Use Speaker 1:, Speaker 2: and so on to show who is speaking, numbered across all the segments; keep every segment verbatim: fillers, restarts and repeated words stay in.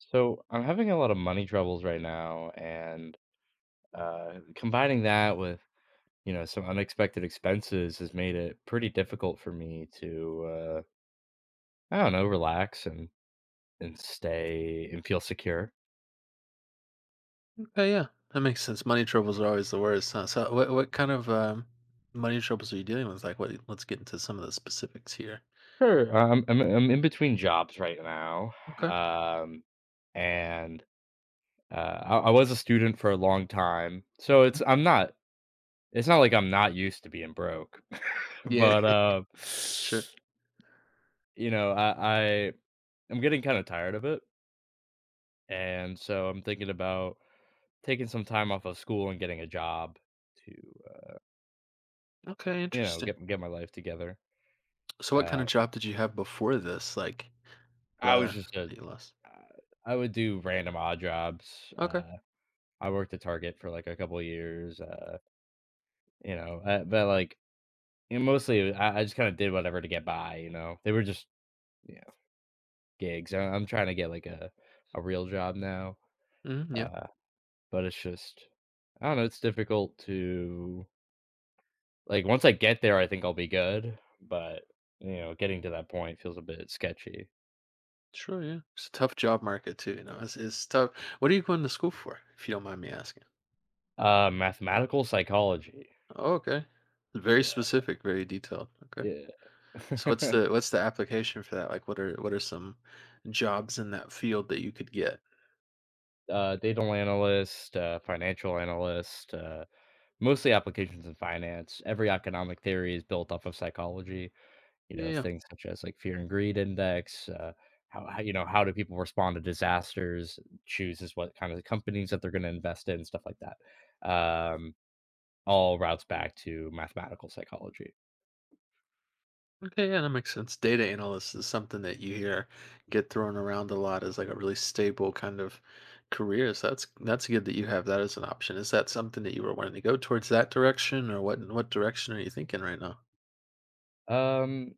Speaker 1: So I'm having a lot of money troubles right now, and uh, combining that with you know some unexpected expenses has made it pretty difficult for me to uh, I don't know, relax and and stay and feel secure.
Speaker 2: Okay, yeah, that makes sense. Money troubles are always the worst. Huh? So, what what kind of um, money troubles are you dealing with? Like, what? Let's get into some of the specifics here.
Speaker 1: Sure, I'm I'm, I'm in between jobs right now,
Speaker 2: Okay.
Speaker 1: um, and uh, I, I was a student for a long time, so it's
Speaker 2: Mm.
Speaker 1: I'm not, it's not like I'm not used to being broke,
Speaker 2: Yeah.
Speaker 1: but uh,
Speaker 2: Sure.
Speaker 1: you know I. I I'm getting kinda tired of it, and so I'm thinking about taking some time off of school and getting a job to, uh,
Speaker 2: Okay.
Speaker 1: you know,
Speaker 2: Interesting.
Speaker 1: get get my life together.
Speaker 2: So, what kind
Speaker 1: Uh,
Speaker 2: of job did you have before this? Like
Speaker 1: I was
Speaker 2: the
Speaker 1: just a
Speaker 2: that you lost.
Speaker 1: uh, I would do random odd jobs.
Speaker 2: Okay.
Speaker 1: Uh, I worked at Target for, like, a couple of years, uh, you know, uh, but, like, you know, mostly I I just kinda did whatever to get by, you know? They were just, you know, gigs. I I'm trying to get, like, a a real job now,
Speaker 2: Hmm, yeah.
Speaker 1: uh, but it's just I don't know, it's difficult to. Like, once I get there, I think I'll be good, but, you know, getting to that point feels a bit sketchy.
Speaker 2: Sure. Yeah. It's a tough job market too. You know, it's it's tough. What are you going to school for? If you don't mind me asking.
Speaker 1: Uh, mathematical psychology.
Speaker 2: Oh, okay. Very specific. Very detailed. Okay.
Speaker 1: Yeah,
Speaker 2: So what's
Speaker 1: yeah.
Speaker 2: the what's the application for that? Like, what are what are some jobs in that field that you could get?
Speaker 1: Uh, data analyst, uh, financial analyst, uh, mostly applications in finance. Every economic theory is built off of psychology, you
Speaker 2: Yeah,
Speaker 1: know,
Speaker 2: yeah.
Speaker 1: things such as like fear and greed index, uh, how, how you know, how do people respond to disasters, chooses what kind of companies that they're going to invest in, stuff like that. Um, all routes back to mathematical psychology.
Speaker 2: Okay, yeah, that makes sense. Data analyst is something that you hear get thrown around a lot as like a really stable kind of career. So that's that's good that you have that as an option. Is that something that you were wanting to go towards that direction, or what? What direction are you thinking right now?
Speaker 1: Um,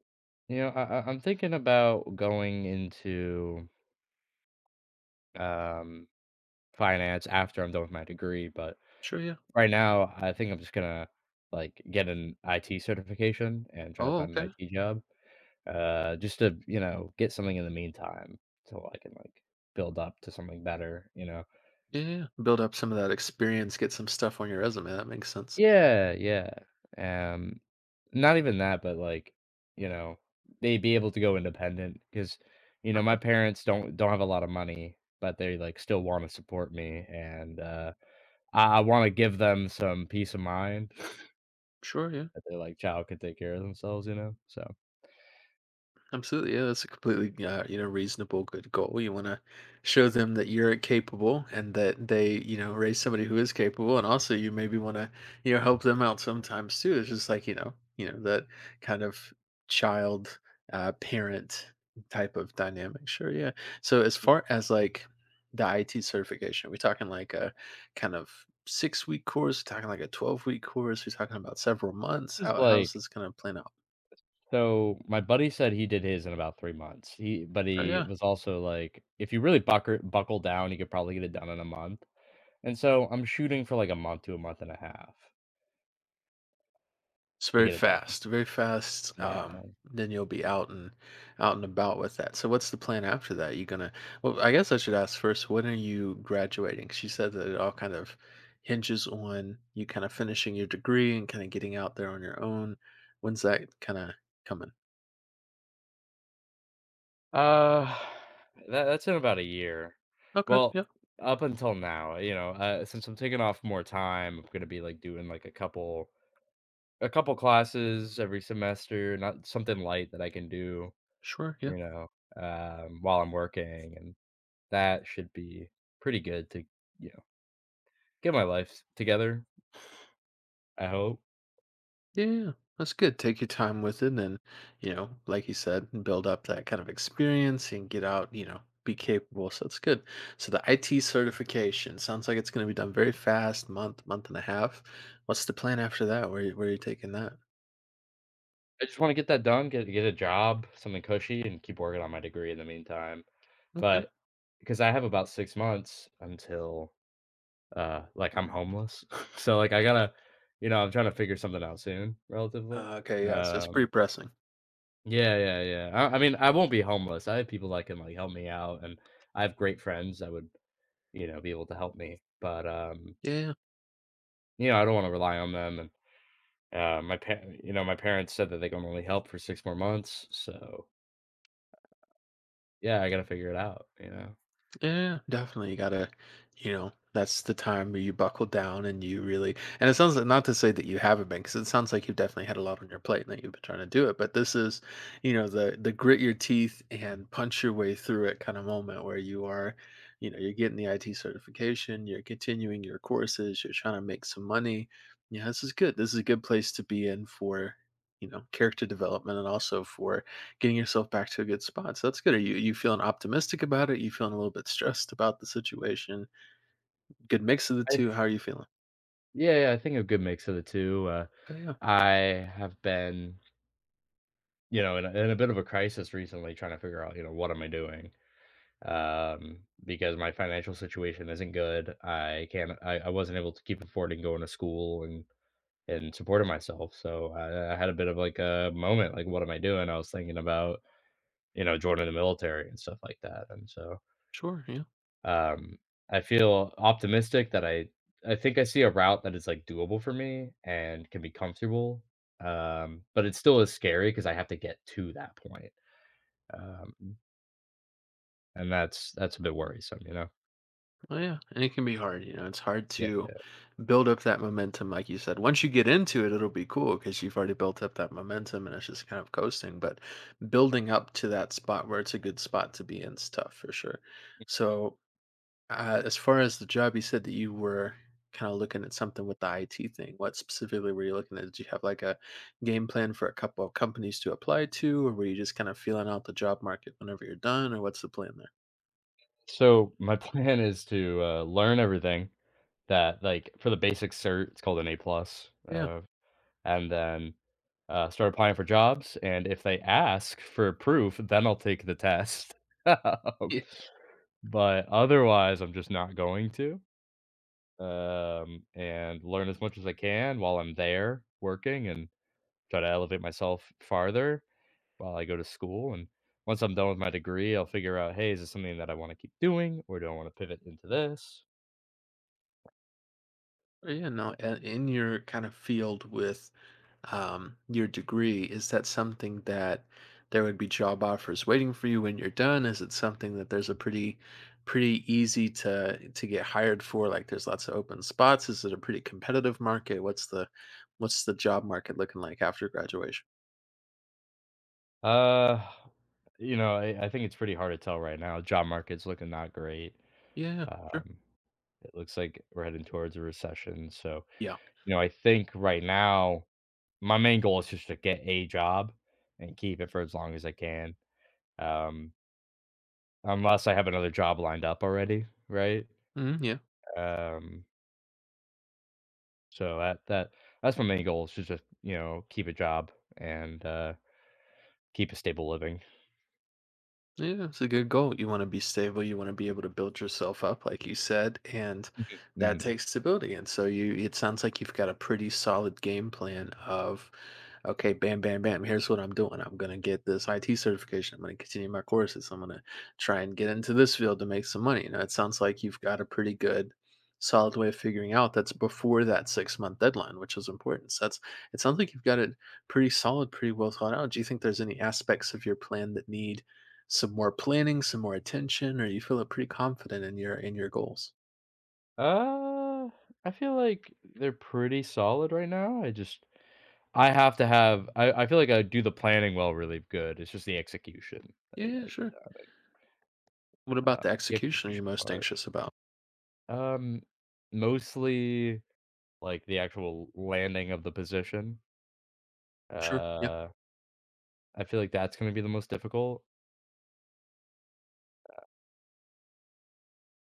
Speaker 1: you know, I, I- I'm thinking about going into um finance after I'm done with my degree, but
Speaker 2: Sure, yeah.
Speaker 1: right now I think I'm just gonna like get an I T certification and try to
Speaker 2: Oh,
Speaker 1: find an
Speaker 2: okay.
Speaker 1: I T job. Uh, just to you know get something in the meantime, so I can like build up to something better, you know.
Speaker 2: Yeah, yeah, yeah. Build up some of that experience, get some stuff on your resume. That makes sense.
Speaker 1: Yeah, yeah. Um, not even that, but like, you know, they'd be able to go independent because, you know, my
Speaker 2: Okay.
Speaker 1: parents don't don't have a lot of money, but they like still want to support me, and uh, I, I want to give them some peace of mind
Speaker 2: Sure, yeah.
Speaker 1: that their like child could take care of themselves, you know. So
Speaker 2: Absolutely, yeah, that's a completely uh, you know reasonable good goal. You want to show them that you're capable and that they you know raise somebody who is capable, and also you maybe want to you know help them out sometimes too. It's just like you know you know that kind of child uh, parent type of dynamic. Sure, yeah. So as far as like the I T certification, we're talking like a kind of six week course, talking like a twelve week course. We're talking about several months.
Speaker 1: it's
Speaker 2: How
Speaker 1: like,
Speaker 2: how's this going to plan out?
Speaker 1: so my buddy said he did his in about three months. He, but
Speaker 2: Oh
Speaker 1: he
Speaker 2: yeah.
Speaker 1: was also like, if you really buckle buckle down, you could probably get it done in a month. And so I'm shooting for like a month to a month and a half.
Speaker 2: It's
Speaker 1: To
Speaker 2: very
Speaker 1: get it done,
Speaker 2: fast, very fast.
Speaker 1: yeah.
Speaker 2: Um, then you'll be out and out and about with that. So what's the plan after that? You gonna? Well, I guess I should ask first. When are you graduating? She said that it all kind of hinges on you kind of finishing your degree and kind of getting out there on your own. When's that kind of coming?
Speaker 1: Uh, that that's in about a year.
Speaker 2: Okay.
Speaker 1: Well,
Speaker 2: Yeah.
Speaker 1: up until now, you know, uh, since I'm taking off more time, I'm gonna be, like, doing, like, a couple a couple classes every semester, not something light that I can do,
Speaker 2: Sure. Yeah.
Speaker 1: you know, um, while I'm working, and that should be pretty good to, you know, get my life together, I hope.
Speaker 2: Yeah, yeah, yeah, that's good. Take your time with it, and you know, like you said, build up that kind of experience and get out. You know, be capable. So that's good. So the I T certification sounds like it's going to be done very fast, month, month and a half. What's the plan after that? Where you- where are you taking that?
Speaker 1: I just wanna get that done, get get a job, something cushy, and keep working on my degree in the meantime.
Speaker 2: Okay.
Speaker 1: But because I have about six months until, uh, like, I'm homeless. So, like, I gotta, you know, I'm trying to figure something out soon, relatively.
Speaker 2: Uh, okay. Yeah. So it's pretty
Speaker 1: Um
Speaker 2: pressing.
Speaker 1: Yeah, yeah, yeah. I I mean, I won't be homeless. I have people that can, like, help me out, and I have great friends that would, you know, be able to help me. But, um,
Speaker 2: Yeah, yeah, yeah.
Speaker 1: you know, I don't wanna rely on them, and, uh, my pa you know, my parents said that they can only help for six more months, so, yeah, I gotta figure it out, you know?
Speaker 2: Yeah, yeah, yeah, definitely. You gotta, you know, that's the time where you buckle down and you really. And it sounds like not to say that you haven't been, because it sounds like you've definitely had a lot on your plate and that you've been trying to do it. But this is, you know, the the grit your teeth and punch your way through it kind of moment where you are, you know, you're getting the I T certification, you're continuing your courses, you're trying to make some money. Yeah, this is good. This is a good place to be in for, you know, character development and also for getting yourself back to a good spot, so that's good. Are you you feeling optimistic about it? You feeling a little bit stressed about the situation? Good mix of the
Speaker 1: I
Speaker 2: two, how
Speaker 1: th
Speaker 2: are you feeling?
Speaker 1: Yeah, yeah, I think a good mix of the two. uh
Speaker 2: Okay, yeah.
Speaker 1: I have been, you know, in a, in a bit of a crisis recently trying to figure out, you know, what am I doing? Um, because my financial situation isn't good. I can't I I wasn't able to keep affording going to school and and supporting myself. So I I had a bit of, like, a moment, like, what am I doing? I was thinking about, you know, joining the military and stuff like that, and so
Speaker 2: Sure, yeah.
Speaker 1: Um, I feel optimistic that I I think I see a route that is, like, doable for me and can be comfortable, um, but it still is scary because I have to get to that point, um, and that's that's a bit worrisome, you know?
Speaker 2: Oh, yeah, and it can be hard, you know, it's hard
Speaker 1: Yeah.
Speaker 2: to build up that momentum, like you said. Once you get into it, it'll be cool because 'cause you've already built up that momentum and it's just kind of coasting, but building up to that spot where it's a good spot to be in is tough for sure. So Uh, as far as the job, you said that you were kind of looking at something with the I T thing. What specifically were you looking at? Did you have like a game plan for a couple of companies to apply to, or were you just kind of feeling out the job market whenever you're done, or what's the plan there?
Speaker 1: So, my plan is to, uh, learn everything that like, for the basic cert, it's called an A plus,
Speaker 2: Yeah.
Speaker 1: uh, and then, uh, start applying for jobs, and if they ask for proof, then I'll take the test.
Speaker 2: Yeah.
Speaker 1: But otherwise, I'm just not going to, um, and learn as much as I can while I'm there working and try to elevate myself farther while I go to school, and once I'm done with my degree, I'll figure out, "Hey, is this something that I wanna keep doing, or do I wanna pivot into this?"
Speaker 2: Yeah, no, a- in your kind of field with um, your degree, is that something that there would be job offers waiting for you when you're done? Is it something that there's a pretty pretty easy to to get hired for? Like there's lots of open spots. Is it a pretty competitive market? What's the what's the job market looking like after graduation?
Speaker 1: Uh, you know, I I think it's pretty hard to tell right now. Job market's looking not great.
Speaker 2: Yeah, sure.
Speaker 1: Um, it looks like we're heading towards a recession, so,
Speaker 2: Yeah.
Speaker 1: you know, I think right now my main goal is just to get a job and keep it for as long as I can, um, unless I have another job lined up already, right?
Speaker 2: Mhm, yeah.
Speaker 1: Um, so that that that's my main goal is just to, you know, keep a job and, uh, keep a stable living.
Speaker 2: Yeah, it's a good goal. You want to be stable. You want to be able to build yourself up, like you said, and
Speaker 1: Mhm,
Speaker 2: that
Speaker 1: mhm.
Speaker 2: takes stability. And so you, it sounds like you've got a pretty solid game plan of okay, bam, bam, bam. Here's what I'm doing. I'm gonna get this I T certification. I'm gonna continue my courses. I'm gonna try and get into this field to make some money. You know, it sounds like you've got a pretty good, solid way of figuring out that's before that six month deadline, which is important. So that's it sounds like you've got it pretty solid, pretty well thought out. Do you think there's any aspects of your plan that need some more planning, some more attention, or you feel pretty confident in your in your goals?
Speaker 1: Uh, I feel like they're pretty solid right now, I just, I have to have I I feel like I do the planning well really good, it's just the execution that I
Speaker 2: Yeah,
Speaker 1: gotta
Speaker 2: sure.
Speaker 1: get,
Speaker 2: What about
Speaker 1: uh,
Speaker 2: the
Speaker 1: the
Speaker 2: execution are you
Speaker 1: execution
Speaker 2: most
Speaker 1: part.
Speaker 2: anxious about?
Speaker 1: Um, mostly, like, the actual landing of the position,
Speaker 2: Sure. Yeah.
Speaker 1: uh, I feel like that's gonna be the most difficult.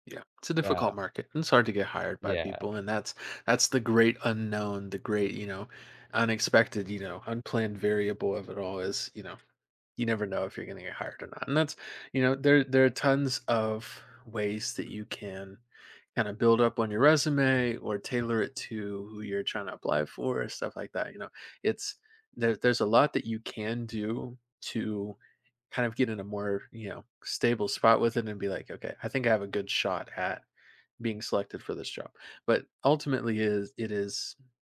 Speaker 2: Yeah, it's a
Speaker 1: Yeah,
Speaker 2: difficult market, and it's hard to get hired by people,
Speaker 1: yeah,
Speaker 2: and that's that's the great unknown, the great, you know, unexpected, you know, unplanned variable of it all is, you know, you never know if you're going to get hired or not. And that's, you know, there there are tons of ways that you can kind of build up on your resume or tailor it to who you're trying to apply for, or stuff like that. You know, it's there, there's a lot that you can do to kind of get in a more, you know, stable spot with it and be like, okay, I think I have a good shot at being selected for this job. But ultimately is it is,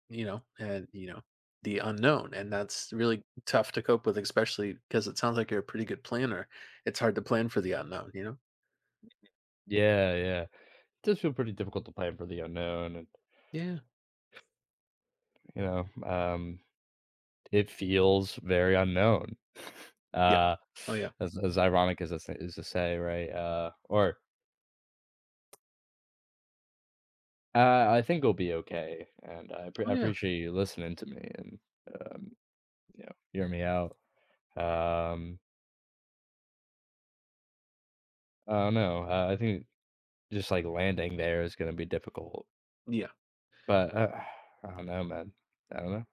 Speaker 2: you know, and you know, the unknown. And that's really tough to cope with, especially because it sounds like you're a pretty good planner. It's hard to plan for the unknown, you know?
Speaker 1: yeah, yeah. It does feel pretty difficult to plan for the unknown and,
Speaker 2: Yeah.
Speaker 1: you know, um, it feels very unknown,
Speaker 2: Yeah.
Speaker 1: uh,
Speaker 2: Oh yeah.
Speaker 1: as as ironic as this is to say, right? Uh, or, uh, I think we'll be okay, and I appre
Speaker 2: Oh
Speaker 1: I
Speaker 2: yeah.
Speaker 1: appreciate you listening to me and, um, you know, hear me out. Um, I don't know, uh, I think just, like, landing there is gonna be difficult.
Speaker 2: Yeah.
Speaker 1: But, uh, I don't know, man. I don't know.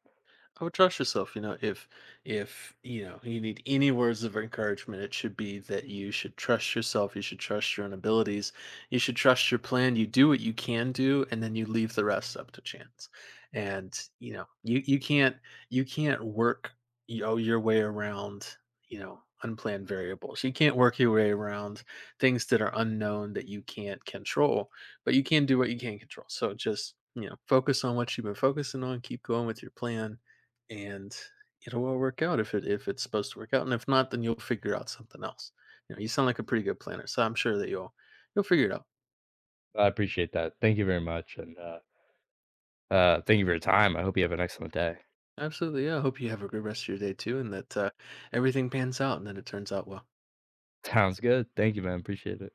Speaker 2: I would trust yourself, you know, if if you know you need any words of encouragement, it should be that you should trust yourself, you should trust your own abilities, you should trust your plan, you do what you can do, and then you leave the rest up to chance. And you know, you you can't you can't work you know, your way around, you know, unplanned variables. You can't work your way around things that are unknown that you can't control, but you can do what you can control. So just you know, focus on what you've been focusing on, keep going with your plan and it'll all work out if it if it's supposed to work out, and if not, then you'll figure out something else. You know, you sound like a pretty good planner, so I'm sure that you'll you'll figure it out.
Speaker 1: I appreciate that. Thank you very much, and, uh, uh, thank you for your time. I hope you have an excellent day.
Speaker 2: Absolutely, yeah. I hope you have a good rest of your day too, and that uh, everything pans out and that it turns out well.
Speaker 1: Sounds good. Thank you, man. Appreciate it.